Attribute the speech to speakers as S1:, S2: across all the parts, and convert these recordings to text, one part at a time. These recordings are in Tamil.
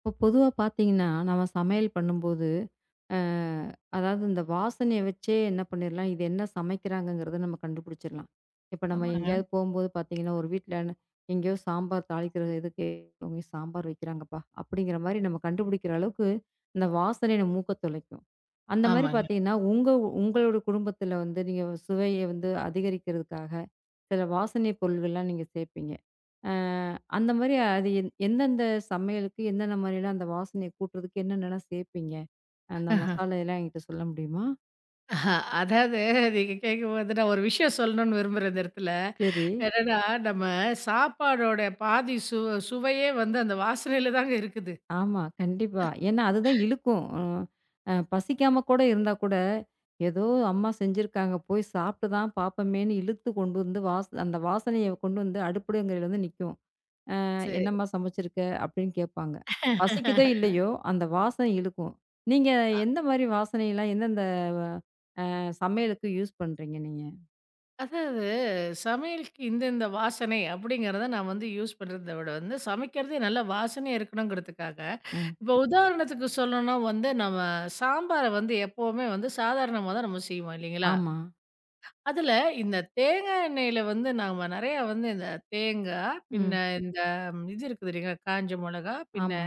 S1: இப்போ பொதுவா பார்த்தீங்கன்னா, நம்ம சமையல் பண்ணும்போது, அ அதாவது இந்த வாசனைய வச்சே என்ன பண்ணிடலாம், இது என்ன சமைக்கிறாங்கங்கிறத நம்ம கண்டுபிடிச்சிடலாம். இப்ப நம்ம
S2: ஆமாங்க. ஆமாங்க.
S1: எங்கேயாவது போம்போது பார்த்தீங்கன்னா, ஒரு வீட்ல எங்கேயோ சாம்பார் தாளிக்கிற இதுக்கு இவங்க சாம்பார் வைக்கிறாங்கப்பா, அப்படிங்கிற மாரி நம்ம கண்டுபிடிக்கிற அளவுக்கு இந்த வாசனை நம்ம மூக்க தொலைக்கும். அந்த மாரி
S2: ஆமாங்க.
S1: பார்த்தீங்கன்னா, உங்களோட குடும்பத்தில வந்து நீங்க சுவைய வந்து அதிகரிக்கிறதுக்காக சில வாசனை பொருள்கள்லாம் நீங்க சேர்ப்பீங்க. அ அந்த மாரி அது எந்தெந்த சமையலுக்கு, என்னென்ன மாரிலாம் அந்த வாசனைய கூட்டுறதுக்கு என்னென்னலாம் சேர்ப்பீங்க? அந்த
S2: ஆஹ.
S1: மசாலா எல்லாம் என்கிட்ட சொல்ல முடியுமா?
S2: அஹ. ஆ. அதாவது நீங்க கேட்கும்போது நான் ஒரு விஷயம் சொல்லணும்னு விரும்புறேன் இந்த இடத்துல.
S1: சரி.
S2: என்னன்னா, நம்ம சாப்பாடோட பாதி சுவையே வந்து அந்த வாசனையில தாங்க இருக்குது.
S1: ஆமா, கண்டிப்பா. ஏன்னா அதுதான் இழுக்கும். ம். பசிக்காம கூட இருந்தா கூட, ஏதோ அம்மா செஞ்சிருக்காங்க, போய் சாப்பிட்டு தான் பாப்போமேன்னு இழுத்து கொண்டு வந்து அந்த வாசனைய கொண்டு வந்து அடுப்புங்கரையில வந்து நிக்கும்.
S2: சரி.
S1: "என்னம்மா சமைச்சிருக்க?" அப்படின்னு கேட்பாங்க. பசிக்குதோ இல்லையோ, அந்த வாசனை இழுக்கும். நீங்க
S2: அ
S1: எந்த மாரி வாசனையெல்லாம் எந்தெந்த சமையலுக்கு யூஸ் பண்றீங்க நீங்க?
S2: அதாவது சமையலுக்கு இந்த இந்த வாசனை அப்படிங்கிறத நான் வந்து யூஸ் பண்றத விட வந்து சமைக்கிறதே நல்ல வாசனையா இருக்கணுங்கிறதுக்காக,
S1: அ.
S2: இப்போ உதாரணத்துக்கு சொல்லணும்னா வந்து நம்ம சாம்பார வந்து எப்பவுமே வந்து சாதாரணமா தான் நம்ம செய்வோம் இல்லைங்களா?
S1: ஆமா.
S2: அதுல இந்த தேங்காய் எண்ணெயில வந்து நாம நெறையா வந்து இந்த தேங்காய், பின்ன
S1: ம்.
S2: இந்த இது இருக்குது இல்லைங்களா, காஞ்ச மொளகா, பின்ன
S1: ஆமா.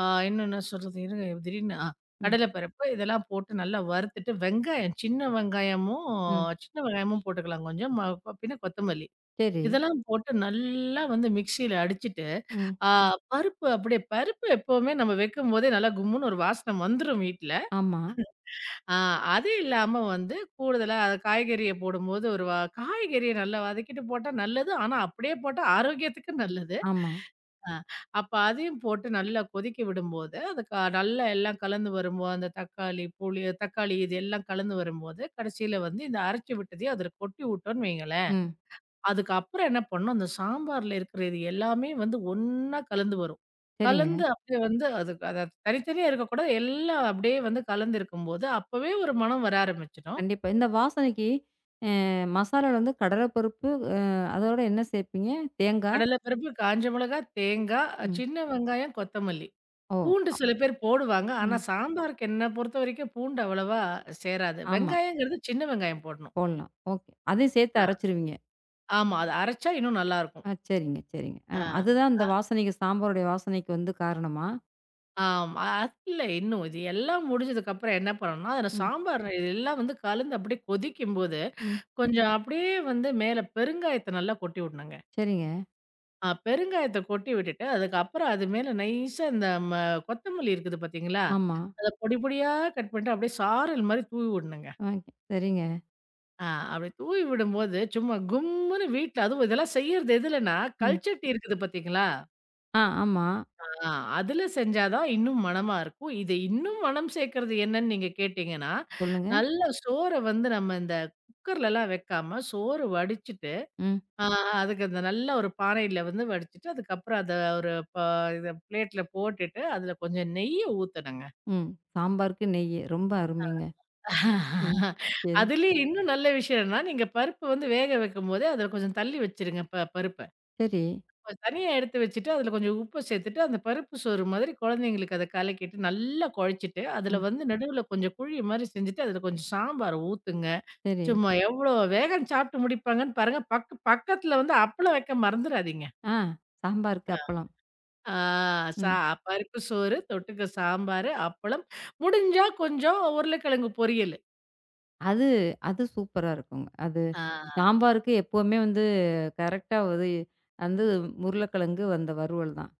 S2: ஆ இன்னும் என்ன சொல்றது? இருங்க திடீர்னு
S1: ம்.
S2: கடலைப்பருப்பு இதெல்லாம் போட்டு நல்லா வறுத்துட்டு, வெங்காயம் சின்ன வெங்காயமும்
S1: ம்.
S2: சின்ன வெங்காயமும் போட்டுக்கலாம் கொஞ்சம். பின்ன கொத்தமல்லி.
S1: சரி.
S2: இதெல்லாம் போட்டு நல்லா வந்து மிக்ஸியில அடிச்சுட்டு,
S1: ம்.
S2: ஆ பருப்பு அப்படியே பருப்பு எப்பவுமே நம்ம வைக்கும்போதே நல்லா கும்முன்னு ஒரு வாசனை வந்துரும் வீட்ல.
S1: ஆமா,
S2: ஆ அது இல்லாம வந்து கூடுதலா அது காய்கறிய போடும்போது ஒரு காய்கறிய நல்லா வதக்கிட்டு போட்டா நல்லது. ஆனா, அப்படியே போட்டா ஆரோக்கியத்துக்கு நல்லது.
S1: ஆமா.
S2: ஆ. அப்ப அதையும் போட்டு நல்லா கொதிக்க விடும்போது, அது நல்லா எல்லாம் கலந்து வரும்போது, அந்த தக்காளி, புளி தக்காளி இது எல்லாம் கலந்து வரும்போது, கடைசியில வந்து இந்த அரைச்சு விட்டதையும் அதில கொட்டி விட்டோம்ன்னு வைங்களேன்.
S1: ம்.
S2: அதுக்கப்புறம் என்ன பண்ணணும், அந்த சாம்பார்ல இருக்கிறது எல்லாமே வந்து ஒண்ணா கலந்து வரும்.
S1: சரிங்க.
S2: கலந்து அப்படியே வந்து அது அத தனித்தனியா இருக்கக்கூடாது. எல்லாம் அப்படியே வந்து கலந்து இருக்கும்போது, அப்பவே ஒரு மணம் வர ஆரம்பிச்சிடும்.
S1: கண்டிப்பா. இந்த வாசனைக்கு மசாலால வந்து கடல பருப்பு, அதோட என்ன சேர்ப்பீங்க? தேங்கா?
S2: கடலைப்பருப்பு, காஞ்ச மிளகா, தேங்காய்,
S1: ம்.
S2: சின்ன வெங்காயம், கொத்தமல்லி.
S1: ஓ!
S2: பூண்டு
S1: அ.
S2: சில பேர் போடுவாங்க. ஆனா
S1: ம்.
S2: சாம்பாருக்கு என்ன பொறுத்தவரைக்கும் பூண்டு அவ்வளவா சேராது.
S1: ஆமா.
S2: வெங்காயங்கிறது சின்ன வெங்காயம் போடணும்.
S1: போடலாம். ஓகே. அதையும் சேர்த்து
S2: ஆ.
S1: அரைச்சுருவீங்க.
S2: ஆமா. அது அரைச்சா இன்னும் நல்லாருக்கும்.
S1: ஆ சரிங்க, சரிங்க.
S2: ஆ.
S1: அதுதான் இந்த வாசனைக்கு சாம்பாருடைய வாசனைக்கு வந்து காரணமா?
S2: ஆமா. அது இல்ல இன்னும். இது எல்லாம் முடிஞ்சதுக்கப்புறம் என்ன பண்ணணும்னா, அதுல
S1: ம்.
S2: சாம்பார் இது எல்லாம் வந்து கலந்து அப்படியே கொதிக்கும்போது,
S1: ம்.
S2: கொஞ்சம் அப்படியே வந்து மேல பெருங்காயத்த நல்லா கொட்டி விடணுங்க.
S1: சரிங்க.
S2: பெருங்காயத்த கொட்டி விட்டுட்டு, அதுக்கப்புறம் அது மேல நைஸா இந்த கொத்தமல்லி இருக்குது பார்த்தீங்களா?
S1: ஆமா.
S2: அத பொடி பொடியா கட் பண்ணிட்டு அப்படியே சாரல் மாரி தூவி விடணுங்க.
S1: ஓகே. சரிங்க.
S2: ஆ அப்படி தூவி விடும்போது, சும்மா கும்முன்னு வீட்ல அதுவும் இதெல்லாம் செய்யறது எதுலன்னா,
S1: ம்.
S2: கல்சட்டி இருக்குது பார்த்தீங்களா?
S1: ஆ ஆமா.
S2: ஆ அதுல செஞ்சா தான் இன்னும் மணமா இருக்கும். இது இன்னும் மணம் சேர்க்கறது என்னன்னு நீங்க கேட்டீங்கன்னா,
S1: சொல்லுங்க.
S2: நல்ல சோற வந்து நம்ம இந்த குக்கர்லலாம் வைக்காம, சோறு வடிச்சுட்டு,
S1: ம்.
S2: ஆ அதுக்கு அந்த நல்ல ஒரு பானையில வந்து வடிச்சுட்டு, அதுக்கப்புறம் அத ஒரு ப இத பிளேட்ல போட்டுட்டு, அதுல கொஞ்சம் நெய்ய ஊத்தணுங்க.
S1: ம். சாம்பாருக்கு நெய்யி. ரொம்ப அருமைங்க. ம். சரி.
S2: அதுலயும் இன்னும் நல்ல விஷயம் என்னன்னா, நீங்க பருப்பு வந்து வேக வைக்கும்போதே, அதுல கொஞ்சம் தள்ளி வச்சுருங்க பருப்ப.
S1: சரி.
S2: தனியா எடுத்து வச்சுட்டு, அதில கொஞ்சம் உப்பு சேர்த்துட்டு, அந்த பருப்பு சோறு மாதிரி குழந்தைங்களுக்கு அத கலக்கிட்டு, நல்லா குழச்சிட்டு, அதில
S1: ம்.
S2: வந்து நடுவுல கொஞ்சம் குழி மாரி செஞ்சுட்டு, அதில கொஞ்சம் சாம்பார் ஊத்துங்க.
S1: சரி.
S2: சும்மா எவ்வளோ வேகம் சாப்பிட்டு முடிப்பாங்கன்னு பாருங்க. பக்க பக்கத்தில வந்து அப்பளம் வைக்க மறந்துறாதீங்க.
S1: ஆ சாம்பாருக்கு அப்பளம்.
S2: ஆ சா
S1: ம்.
S2: பருப்பு சோறு, தொட்டுக்க சாம்பாரு, அப்பளம், முடிஞ்சா கொஞ்சம் உருளைக்கிழங்கு பொரியலு.
S1: அது அது சூப்பரா இருக்குங்க. அது
S2: ஆ.
S1: சாம்பாருக்கு எப்பவுமே வந்து கரெக்ட்டா வந்து வந்து உருளைக்கிழங்கு அந்த வறுவல் தான்.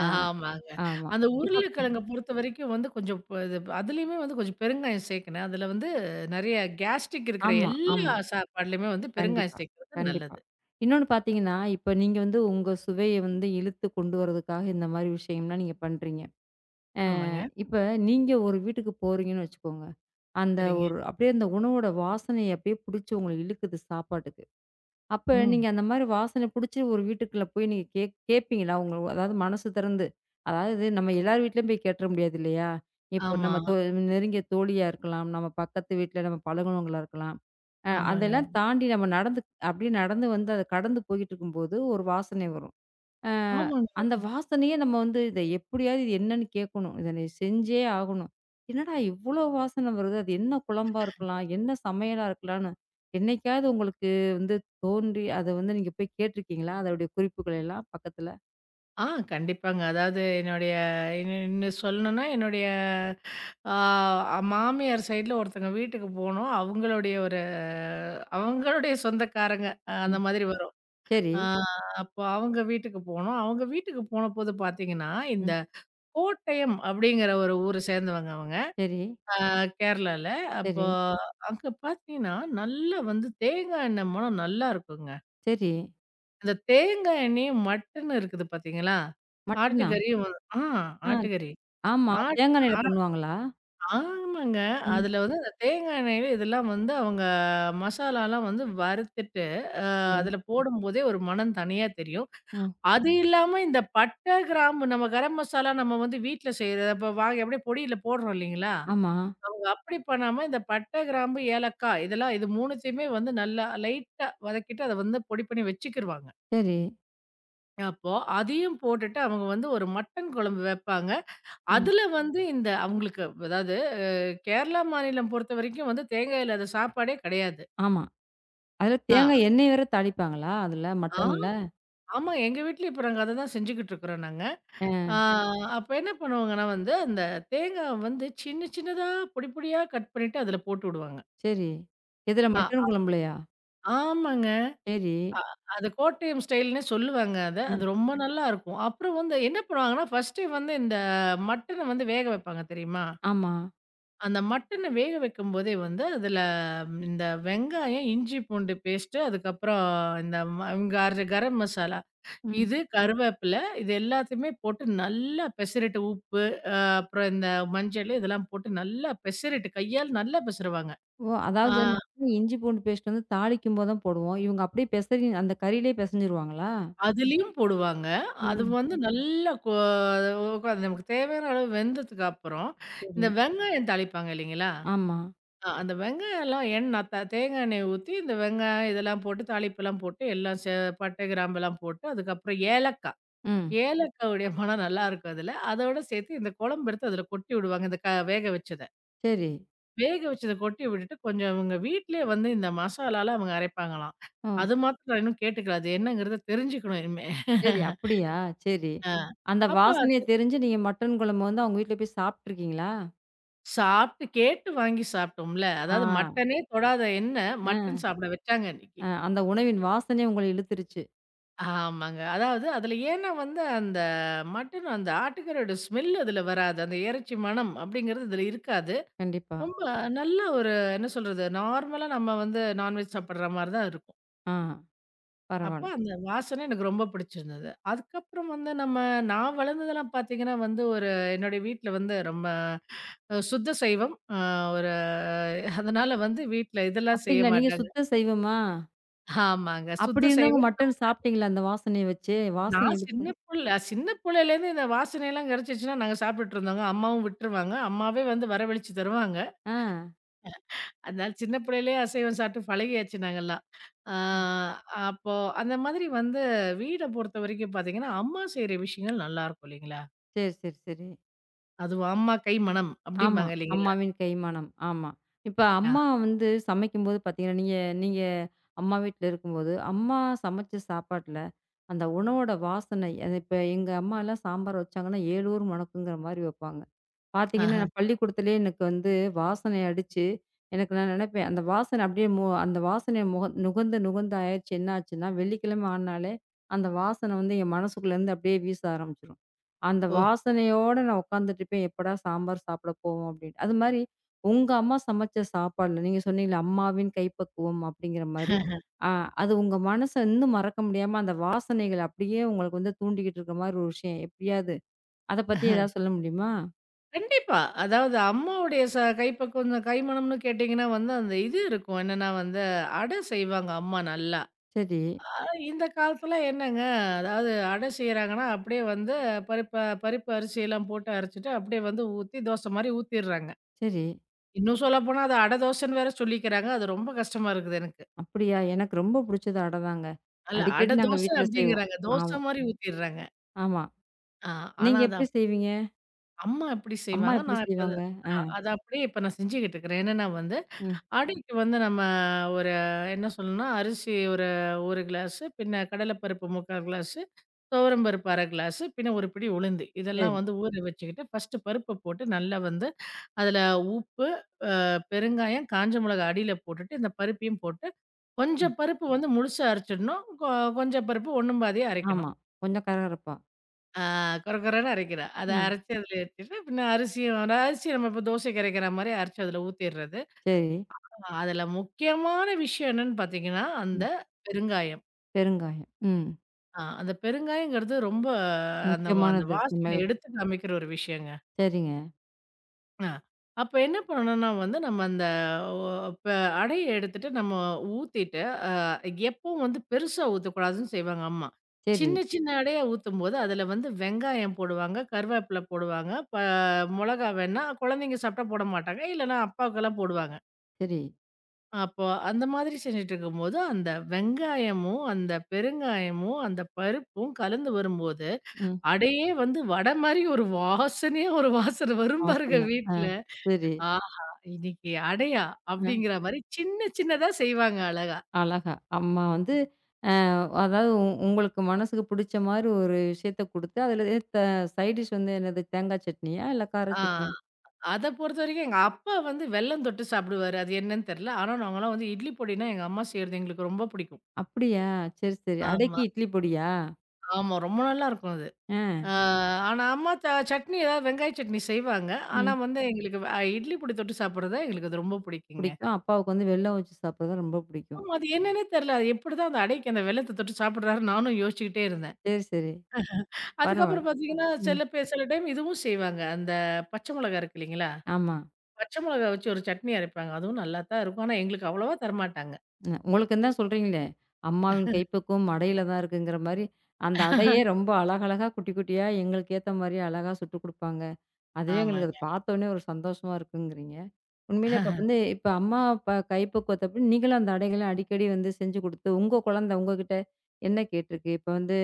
S1: அ.
S2: ஆமாங்க.
S1: ஆமா.
S2: அந்த
S1: இப்ப ம்.
S2: உருளைக்கிழங்க பொறுத்தவரைக்கும் வந்து கொஞ்சம் இது அதுலயுமே வந்து கொஞ்சம் பெருங்காயம் சேர்க்கணும். அதுல வந்து நெறைய கேஸ்ட்ரிக் இருக்கிற
S1: ஆமா, ஆமா.
S2: எல்லா சாப்பாட்லயுமே வந்து
S1: கண்டிப்பா,
S2: பெருங்காயம் சேர்க்கிறது
S1: கண்டிப்பா.
S2: நல்லது.
S1: இன்னொன்னு பார்த்தீங்கன்னா, இப்ப நீங்க வந்து உங்க சுவைய வந்து இழுத்து கொண்டு வரதுக்காக இந்த மாரி விஷயம்லாம் நீங்க பண்றீங்க.
S2: ஆமாங்க.
S1: இப்ப நீங்க ஒரு வீட்டுக்கு போறீங்கன்னு வச்சுக்கோங்க. அந்த
S2: சரிங்க.
S1: ஒரு அப்படியே அந்த உணவோட வாசனை அப்படியே புடிச்சு உங்கள இழுக்குது சாப்பாட்டுக்கு. அப்ப
S2: ம்.
S1: நீங்க அந்த மாரி வாசனை புடிச்சு ஒரு வீட்டுக்குள்ள போய் நீங்க கேட்பீங்களா? உங்க அதாவது மனசு திறந்து. அதாவது நம்ம எல்லார் வீட்லயும் போய் கேட்டுற முடியாது இல்லையா? இப்போ
S2: ஆமா.
S1: நம்ம நெருங்கிய தோழியா இருக்கலாம். நம்ம பக்கத்து வீட்ல நம்ம பழகுனவங்களா இருக்கலாம்.
S2: ஆமாங்க.
S1: அதெல்லாம் தாண்டி நம்ம நடந்து அப்படியே நடந்து வந்து அத கடந்து போயிட்டு இருக்கும்போது ஒரு வாசனை வரும். அ
S2: ஆமாங்க.
S1: அந்த வாசனையே நம்ம வந்து இத எப்படியாவது இது என்னன்னு கேட்கணும். இத நீ செஞ்சே ஆகணும். என்னடா இவ்ளோ வாசனை வருது? அது என்ன குழம்பா இருக்கலாம்? என்ன சமையலா இருக்கலாம்ன்னு, என்னைக்காவது உங்களுக்கு வந்து தோன்றி அத வந்து நீங்க போய் கேட்டுருக்கீங்களா? அதோடைய குறிப்புகள் எல்லாம் பக்கத்துல?
S2: ஆ கண்டிப்பாங்க. அதாவது என்னுடைய இன்னும் சொல்லணும்னா, என்னுடைய ஆ மாமியார் சைட்ல ஒருத்தங்க வீட்டுக்கு போனோம். அவங்களுடைய சொந்தக்காரங்க அந்த
S1: ம்.
S2: மாதிரி வரும்.
S1: சரி.
S2: ஆ அப்போ அவங்க வீட்டுக்கு போனோம். அவங்க வீட்டுக்கு போனபோது பார்த்தீங்கன்னா, இந்த
S1: ம்.
S2: கோட்டயம் அப்படிங்கிற ஒரு ஊர சேர்ந்தவங்க அவங்க.
S1: சரி,
S2: அ கேரளால. அப்போ
S1: சரி,
S2: அங்க பார்த்தீங்கன்னா, நல்லா வந்து தேங்காய் எண்ணெய் மணம் நல்லா இருக்குங்க.
S1: சரி.
S2: அந்த தேங்காய் எண்ணெயும், மட்டனும் இருக்குது பார்த்தீங்களா?
S1: மட்டனா?
S2: ஆட்டுக்கறியும் வ ஆ
S1: ஆ
S2: ஆட்டுக்கறி.
S1: ஆமா.
S2: ஆட்
S1: தேங்கா எண்ணெயில
S2: ஆ
S1: பண்ணுவாங்களா?
S2: ஆமாங்க.
S1: ம்.
S2: அதில வந்து அந்த தேங்காய் எண்ணெயில இதெல்லாம் வந்து அவங்க மசாலாலாம் வந்து வறுத்துட்டு, அ
S1: சரி.
S2: அதில போடும்போதே ஒரு மனம் தனியா தெரியும்.
S1: ம்.
S2: அது இல்லாம இந்த பட்டை, கிராம்பு நம்ம கரம் மசாலா நம்ம வந்து வீட்ல செய்றது. அப்ப வாங்கி அப்படியே பொடியில போடுறோம் இல்லைங்களா?
S1: ஆமா.
S2: அவங்க அப்படி பண்ணாம இந்த பட்டை, கிராம்பு, ஏலக்காய் இதெல்லாம் இது 3த்தையுமே வந்து நல்லா லைட்டா வதக்கிட்டு அத வந்து பொடி பண்ணி வச்சுக்கிருவாங்க.
S1: சரி.
S2: அப்போ அதையும் போட்டுட்டு அவங்க வந்து ஒரு மட்டன் குழம்பு வைப்பாங்க.
S1: ம்.
S2: அதுல வந்து இந்த அவங்களுக்கு அதாவது கேரளா மாநிலம் பொறுத்தவரைக்கும் வந்து தேங்காய் இல்லாத சாப்பாடே கிடையாது.
S1: ஆமா. அதுல
S2: ஆ
S1: தேங்காய் எண்ணெய் வேற தாளிப்பாங்களா? அதுல
S2: ஆ
S1: மட்டன்ல?
S2: ஆமா எங்க வீட்லயும் இப்ப நாங்க அததான் செஞ்சுகிட்டு இருக்கிறோம் நாங்க. ஆ அப்ப என்ன பண்ணுவாங்கன்னா வந்து, அந்த தேங்காவ வந்து சின்ன சின்னதா பொடி பொடியா கட் பண்ணிட்டு அதில போட்டு விடுவாங்க.
S1: சரி. எதுல
S2: ஆ
S1: மட்டன் குழம்புலயா?
S2: ஆமாங்க.
S1: சரி.
S2: அ அது கோட்டயம் ஸ்டைல்ன்னே சொல்லுவாங்க அத.
S1: ம்.
S2: அது ரொம்ப நல்லாருக்கும். அப்புறம் வந்து என்ன பண்ணுவாங்கன்னா, ஃபர்ஸ்ட்டே வந்து இந்த மட்டன வந்து வேக வைப்பாங்க தெரியுமா?
S1: ஆமா.
S2: அந்த மட்டன வேக வைக்கும்போதே வந்து அதில இந்த வெங்காயம், இஞ்சி பூண்டு பேஸ்ட்டு, அதுக்கப்புறம் இந்த ம கர கரம் மசாலா,
S1: ம்.
S2: இது கருவேப்பில இது எல்லாத்தையுமே போட்டு நல்லா பெசரிட்டு உப்பு அப்புறம் இந்த மஞ்சள் இதெல்லாம் போட்டு நல்லா பெசறிட்டு கையால் நல்லா பெசருவாங்க.
S1: ஓ!
S2: ஆ
S1: அதாவது
S2: ஆ.
S1: நாங்களும் இஞ்சி பூண்டு பேஸ்ட் வந்து தாளிக்கும்போது தான் போடுவோம். இவங்க அப்படியே பெசறி அந்த கறியிலேயே பெசஞ்சிருவாங்களா?
S2: அதுலயும் போடுவாங்க. அது
S1: ம்.
S2: வந்து ம். நல்லா அது நமக்கு தேவையான அளவு வெந்ததுக்கு அப்புறம்,
S1: சரி.
S2: இந்த வெங்காயம் தாளிப்பாங்க இல்லைங்களா?
S1: ஆமா.
S2: அந்த வெங்காயம்லாம் எண்ணெய் தேங்காய் எண்ணெய் ஊத்தி இந்த வெங்காயம் இதெல்லாம் போட்டு தாளிப்பெல்லாம் போட்டு எல்லாம் பட்டை, கிராம்பெல்லாம் போட்டு அதுக்கப்புறம் ஏலக்காய்.
S1: ம்.
S2: ம். ஏலக்காவுடைய மனம் நல்லாருக்கும் அதுல. அதோட சேர்த்து இந்த குழம்பு எடுத்து அதுல கொட்டி விடுவாங்க. இந்த வேக வச்சத.
S1: சரி.
S2: வேக வச்சத கொட்டி விட்டுட்டு, கொஞ்சம் இவங்க வீட்லயே வந்து இந்த மசாலாலாம் அவங்க அரைப்பாங்களாம்.
S1: ஓ!
S2: அது மாத்திரம் நான் இன்னும் கேட்டுக்கல. அது என்னங்கிறத தெரிஞ்சுக்கணும் இனிமே.
S1: சரி அப்படியா? சரி.
S2: ஆ.
S1: அந்த
S2: அப்ப
S1: வாசனைய
S2: அது
S1: தெரிஞ்சு நீங்க மட்டன் குழம்பு வந்து அவங்க வீட்ல போய் சாப்ட்டுருக்கீங்களா?
S2: சாப்ட்டு கேட்டு வாங்கி சாப்ட்டோம்ல.
S1: ஆ.
S2: அதாவது மட்டனே தொடாத என்ன,
S1: அ.
S2: மட்டன் சாப்பிட வச்சாங்க அன்னைக்கு.
S1: அ. அந்த உணவின் வாசனை உங்கள இழுத்துருச்சு.
S2: ஆமாங்க. அதாவது அதுல ஏன்னா வந்து அந்த மட்டன் அந்த ஆட்டுக்கறியோட ஸ்மெல் அதுல வராது. அந்த இறைச்சி மணம் அப்படிங்கிறது இதுல இருக்காது.
S1: கண்டிப்பா.
S2: ரொம்ப நல்ல ஒரு என்ன சொல்றது, நார்மலா நம்ம வந்து நான்வெஜ் சாப்பிடுற மாரி தான் இருக்கும்.
S1: ஆ
S2: அப்ப
S1: பரவால்ல.
S2: அந்த வாசனை எனக்கு ரொம்ப பிடிச்சிருந்தது. அதுக்கப்புறம் வந்து நம்ம நான் வளர்ந்ததெல்லாம் பார்த்தீங்கன்னா வந்து ஒரு என்னுடைய வீட்ல வந்து ரொம்ப சுத்த சைவம். அ ஒரு அதனால வந்து வீட்ல இதெல்லாம் செய்ய
S1: அப்படிங்களா? நீங்க
S2: மாட்டாங்க.
S1: சுத்த சைவமா?
S2: ஆமாங்க.
S1: அப்படி
S2: சுத்த
S1: இருந்தவங்க
S2: சைவம்.
S1: மட்டன் சாப்பிட்டீங்களா அந்த வாசனைய வச்சு? வாசனை
S2: நான்
S1: எடுத்து
S2: சின்ன புள்ள சின்ன புள்ளையிலேருந்து இந்த வாசனையெல்லாம் கெடைச்சிச்சுன்னா நாங்க சாப்பிட்டுட்டு இருந்தோங்க. அம்மாவும் விட்டுருவாங்க. அம்மாவே வந்து வரவழிச்சு தருவாங்க.
S1: ஆ.
S2: அதனால சின்ன பிள்ளையிலேயே அசைவம் சாப்பிட்டு பழகியாச்சு நாங்கலாம். ஆ
S1: ம்.
S2: அப்போ அந்த மாதிரி வந்து வீட பொறுத்தவரைக்கும் பார்த்தீங்கன்னா, அம்மா செய்ற விஷயங்கள் நல்லாருக்கும் இல்லைங்களா?
S1: சரி, சரி, சரி.
S2: அதுவும் அம்மா கை மணம்
S1: ஆமா.
S2: அப்படிம்பாங்க இல்லைங்களா?
S1: அம்மாவின் கைமானம். ஆமா. இப்ப
S2: ஆ,
S1: அம்மா வந்து சமைக்கும்போது பார்த்தீங்கன்னா, நீங்க நீங்க அம்மா வீட்ல இருக்கும்போது, அம்மா சமைச்ச சாப்பாட்ல அந்த உணவோட வாசனை அது இப்ப எங்க அம்மாலாம் சாம்பார் வச்சாங்கன்னா, 7 ஊர் மணக்குங்கிற மாரி வைப்பாங்க. பார்த்தீங்கன்னா,
S2: ஆஹா.
S1: நான் பள்ளிக்கூடத்திலேயே எனக்கு வந்து வாசனை அடிச்சு, எனக்கு நான் நெனைப்பேன், அந்த வாசனை அப்படியே அந்த வாசனை முக நுகர்ந்து நுகர்ந்து ஆயிருச்சு என்ன ஆச்சுன்னா, வெள்ளிக்கிழமை ஆனாலே, அந்த வாசனை வந்து என் மனசுக்குள்ளேருந்து அப்படியே வீச ஆரம்பிச்சுரும். அந்த
S2: ஓ!
S1: வாசனையோட நான் உட்காந்துட்டுருப்பேன், எப்படா சாம்பார் சாப்பிட போவோம் அப்படின்னு. அதுமாரி உங்க அம்மா சமைச்ச சாப்பாடுல நீங்க சொன்னீங்கல்ல, அம்மாவின் கைப்பக்குவம் அப்படிங்கிற மாரி, ஆ அது உங்க மனச இன்னும் மறக்க முடியாம, அந்த வாசனைகள் அப்படியே உங்களுக்கு வந்து தூண்டிக்கிட்டு இருக்க மாரி ஒரு விஷயம், எப்படியாவது? அத பத்தி ஏதாவது சொல்ல முடியுமா?
S2: கண்டிப்பா. அதாவது அம்மாவுடைய கைப்பக்குவம் கைமணம்னு கேட்டீங்கன்னா வந்து, அந்த இது இருக்கும். என்னன்னா வந்து, அடை செய்வாங்க அம்மா நல்லா.
S1: சரி.
S2: அ இந்த காலத்துல என்னங்க, அதாவது அடை செய்றாங்கன்னா, அப்படியே வந்து பருப்பு பருப்பு அரிசியெல்லாம் போட்டு அரைச்சுட்டு, அப்படியே வந்து ஊத்தி தோசை மாரி ஊத்திர்றாங்க.
S1: சரி.
S2: இன்னும் சொல்லப்போனா அது அடை தோசைன்னு வேற சொல்லிக்கிறாங்க. அது ரொம்ப கஷ்டமா இருக்குது எனக்கு.
S1: அப்படியா? எனக்கு ரொம்ப புடிச்சது அடை தாங்க.
S2: அல்ல
S1: அடிக்கடி
S2: அடை
S1: நாங்க
S2: தோசை
S1: வீட்ல செய்வோம்.
S2: அப்படிங்கிறாங்க.
S1: ஆமா,
S2: தோசை மாரி ஊத்திர்றாங்க.
S1: ஆமா.
S2: ஆ
S1: நீங்க
S2: ஆனா அது
S1: எப்படி செய்வீங்க?
S2: அம்மா எப்படி
S1: அம்மா
S2: செய்வாங்க.
S1: எப்படி
S2: நான் இப்ப அத
S1: செய்வாங்க? ஆ,
S2: அ அத அப்படியே இப்ப நான் செஞ்சுகிட்டு இருக்கிறேன். என்னன்னா வந்து,
S1: ம்.
S2: அடைக்கு வந்து நம்ம ஒரு என்ன சொல்லணும்னா, அரிசி ஒரு 1 கிளாஸு, பின்ன கடலைப்பருப்பு 3/4 கிளாஸு, துவரம் பருப்பு 1/2 கிளாஸு, பின்ன 1 பிடி உளுந்து.
S1: சரி.
S2: இதெல்லாம் வந்து ஊற வச்சுக்கிட்டு, ஃபர்ஸ்ட்டு பருப்ப போட்டு நல்லா வந்து அதில உப்பு, பெருங்காயம், காஞ்ச மிளகாய் அடியில போட்டுட்டு, இந்த பருப்பையும் போட்டு,
S1: ம்.
S2: கொஞ்சம் பருப்பு வந்து முழுசா அரைச்சிடணும். கொஞ்சம் பருப்பு ஒண்ணும் பாதியா
S1: ஆமா.
S2: அரைக்கணும்.
S1: கொஞ்சம் கரகரப்பா.
S2: கொர கொரன்னு அரைக்கிறா. அத
S1: ம்.
S2: அரைச்சு அதில ஏத்திட்டு, பின்ன அரிசியும் அந்த அரிசி நம்ம இப்போ தோசைக்கு அரைக்கிற மாரி அரைச்சு அதில ஊத்திர்றது.
S1: சரி.
S2: அதில முக்கியமான விஷயம் என்னன்னு பார்த்தீங்கன்னா, அந்த
S1: ம்.
S2: பெருங்காயம்.
S1: பெருங்காயம். ம்.
S2: அந்த பெருங்காயங்கிறது ரொம்ப அந்த அந்த
S1: முக்கியமானது
S2: வாசனை
S1: சமையல்.
S2: எடுத்து காமிக்கிற ஒரு விஷயங்க.
S1: சரிங்க.
S2: ஆ. அப்ப என்ன பண்ணணும்னா வந்து, நம்ம அந்த ஒ இப்ப அடைய எடுத்துட்டு நம்ம ஊத்திட்டு, அ எப்பவும் வந்து பெருசா ஊத்தக்கூடாதுன்னு செய்வாங்க அம்மா.
S1: சரி,
S2: சின்ன சின்ன அடையா ஊத்தும்போது, அதுல வந்து வெங்காயம் போடுவாங்க, கருவேப்பில போடுவாங்க, மொளகா வேணா குழந்தைங்க சாப்பிட்டா போட மாட்டாங்க. இல்லன்னா அப்பாவுக்கெல்லாம் போடுவாங்க.
S1: சரி.
S2: அப்போ அந்த மாதிரி செஞ்சுட்டுருக்கும்போது, அந்த வெங்காயமும், அந்த பெருங்காயமும், அந்த பருப்பும் கலந்து வரும்போது,
S1: ம்.
S2: அடையே வந்து வடை மாரி ஒரு வாசனையா ஒரு வாசனை வரும் பாருங்க
S1: வாசன. ஆ.
S2: வீட்ல.
S1: சரி.
S2: ஆஹா! இன்னைக்கு அடையா
S1: அ.
S2: அப்படிங்கிற மாரி சின்ன சின்னதா செய்வாங்க அழகா.
S1: அழகா. அம்மா வந்து அ அதாவது உங்களுக்கு மனசுக்கு புடிச்ச மாரி ஒரு விஷயத்த குடுத்து, அதில த சைட் டிஷ் வந்து என்னது தேங்காய் சட்னியா? இல்ல கார
S2: ஆ
S1: சட்னியா?
S2: அத பொறுத்தவரைக்கும் எங்க அப்பா வந்து வெல்லம் தொட்டு சாப்பிடுவாரு. அது என்னன்னு தெரியல. ஆனா நாங்கலாம் வந்து இட்லி பொடின்னா எங்க அம்மா செய்றது எங்களுக்கு ரொம்ப பிடிக்கும்.
S1: அப்படியா? சரி, சரி. அடைக்கு
S2: ஆமா,
S1: இட்லி பொடியா?
S2: ஆமா. ரொம்ப நல்லாருக்கும் அது. ஆ
S1: ஆ.
S2: ஆனா அம்மா சட்னி ஏதாவது வெங்காய சட்னி செய்வாங்க. ஆனா
S1: ம்.
S2: வந்து எங்களுக்கு இட்லி பொடி தொட்டு சாப்பிடுறது தான் எங்களுக்கு அது ரொம்ப பிடிக்குங்க.
S1: பிடிக்கும். அப்பாவுக்கு வந்து வெல்லம் வச்சு சாப்பிடுறது தான் ரொம்ப பிடிக்கும்.
S2: ஆமா அது என்னன்னே தெரியல. அது எப்படிதான் அந்த அடைக்கு அந்த வெல்லத்த தொட்டு சாப்பிடுறாரு நானும் யோசிச்சுக்கிட்டே இருந்தேன்.
S1: சரி, சரி. பரவால்ல.
S2: அதுக்கப்புறம் பார்த்தீங்கன்னா,
S1: ம்.
S2: சில பேர் சில டைம் இதுவும் செய்வாங்க. அந்த பச்சை மிளகா இருக்கு இல்லைங்களா?
S1: ஆமா.
S2: பச்சை மிளகா வச்சு ஒரு சட்னி அரைப்பாங்க. அதுவும் நல்லா தான் இருக்கும். ஆனா எங்களுக்கு அவ்வளவா தரமாட்டாங்க.
S1: ம். உங்களுக்குன்னு தான் சொல்றீங்களே! அம்மாவின் கைப்பக்குவம் அடையில தான் இருக்குங்கிற மாரி, அந்த அடையே ரொம்ப அழகழகா குட்டி குட்டியா எங்களுக்கு ஏத்த மாரியே அழகா சுட்டுக் குடுப்பாங்க. அதுவே எங்களுக்கு அத
S2: ஆமாங்க.
S1: பார்த்தோனே ஒரு சந்தோஷமா இருக்குங்கிறீங்க. உண்மையிலே இப்ப வந்து இப்ப அம்மா, அப்பா கைப்பக்குவத்த அப்படி நீங்களும் அந்த அடைகள்லாம் அடிக்கடி வந்து செஞ்சு குடுத்து, உங்க குழந்தை உங்ககிட்ட என்ன கேட்டிருக்கு? இப்ப வந்து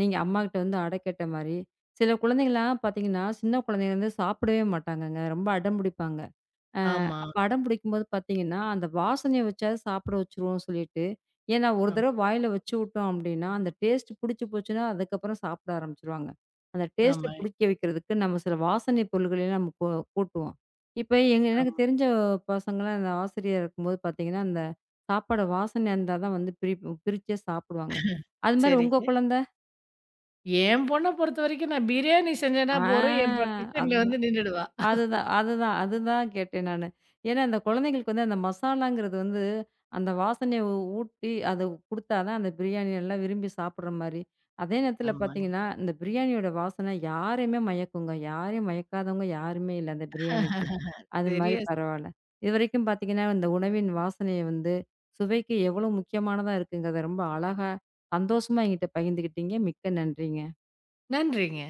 S1: நீங்க அம்மாகிட்ட வந்து அடை கேட்ட மாரி, சில குழந்தைங்கலாம் பார்த்தீங்கன்னா, சின்ன குழந்தைங்க வந்து சாப்பிடவே மாட்டாங்கங்க. ரொம்ப அடம் பிடிப்பாங்க.
S2: ஆமா.
S1: படம் பிடிக்கும்போது பார்த்தீங்கன்னா, அந்த வாசனைய வச்சாவது சாப்பிட வச்சுருவோம்னு சொல்லிட்டு, ஏன்னா ஒரு
S2: ஆமா.
S1: தடவ வாயில வச்சு விட்டோம் அப்படின்னா, அந்த டேஸ்ட் பிடிச்சு போச்சுன்னா, அதுக்கப்புறம் சாப்பிட ஆரம்பிச்சுருவாங்க. அந்த டேஸ்ட்ட
S2: ஆமாங்க.
S1: பிடிக்க வைக்கிறதுக்கு நம்ம சில வாசனை பொருள்களையும் நம்ம கூட்டுவோம். இப்ப எங்க எனக்கு
S2: ஆமா.
S1: தெரிஞ்ச பசங்கலாம் அந்த ஆசிரியர் இருக்கும்போது பார்த்தீங்கன்னா, அந்த சாப்பாடு வாசனையா இருந்தா தான் வந்து பிரிச்சே சாப்பிடுவாங்க. அது மாரி உங்க
S2: சரிங்க.
S1: குழந்தை?
S2: என் பொண்ண பொறுத்தவரைக்கும் நான் பிரியாணி செஞ்சேன்னா
S1: ஆ
S2: போதும், என் ப கிச்சன்ல வந்து
S1: அதுதான்.
S2: நின்னுடுவா.
S1: அதுதான், அதுதான், அதுதான் கேட்டேன் நானு. ஏன்னா, அந்த குழந்தைங்களுக்கு வந்து அந்த மசாலாங்கிறது வந்து, அந்த வாசனைய ஊட்டி அத குடுத்தா தான் அந்த பிரியாணி நல்லா விரும்பி சாப்பிடுற மாரி. அதே நேரத்தில
S2: ஆமாங்க.
S1: பார்த்தீங்கன்னா, இந்த பிரியாணியோட வாசனை யாரையுமே மயக்குங்க. யாரையும் மயக்காதவங்க யாருமே இல்ல அந்த பிரியாணிக்கு. அது மாரி
S2: சரியா சொ
S1: பரவால்ல. இதுவரைக்கும் பார்த்தீங்கன்னா, இந்த உணவின் வாசனைய வந்து சுவைக்கு எவ்வளோ முக்கியமானதா இருக்குங்கிறத ரொம்ப அழகா, சந்தோஷமா என்கிட்ட பகிர்ந்துக்கிட்டீங்க. மிக்க நன்றிங்க.
S2: நன்றிங்க.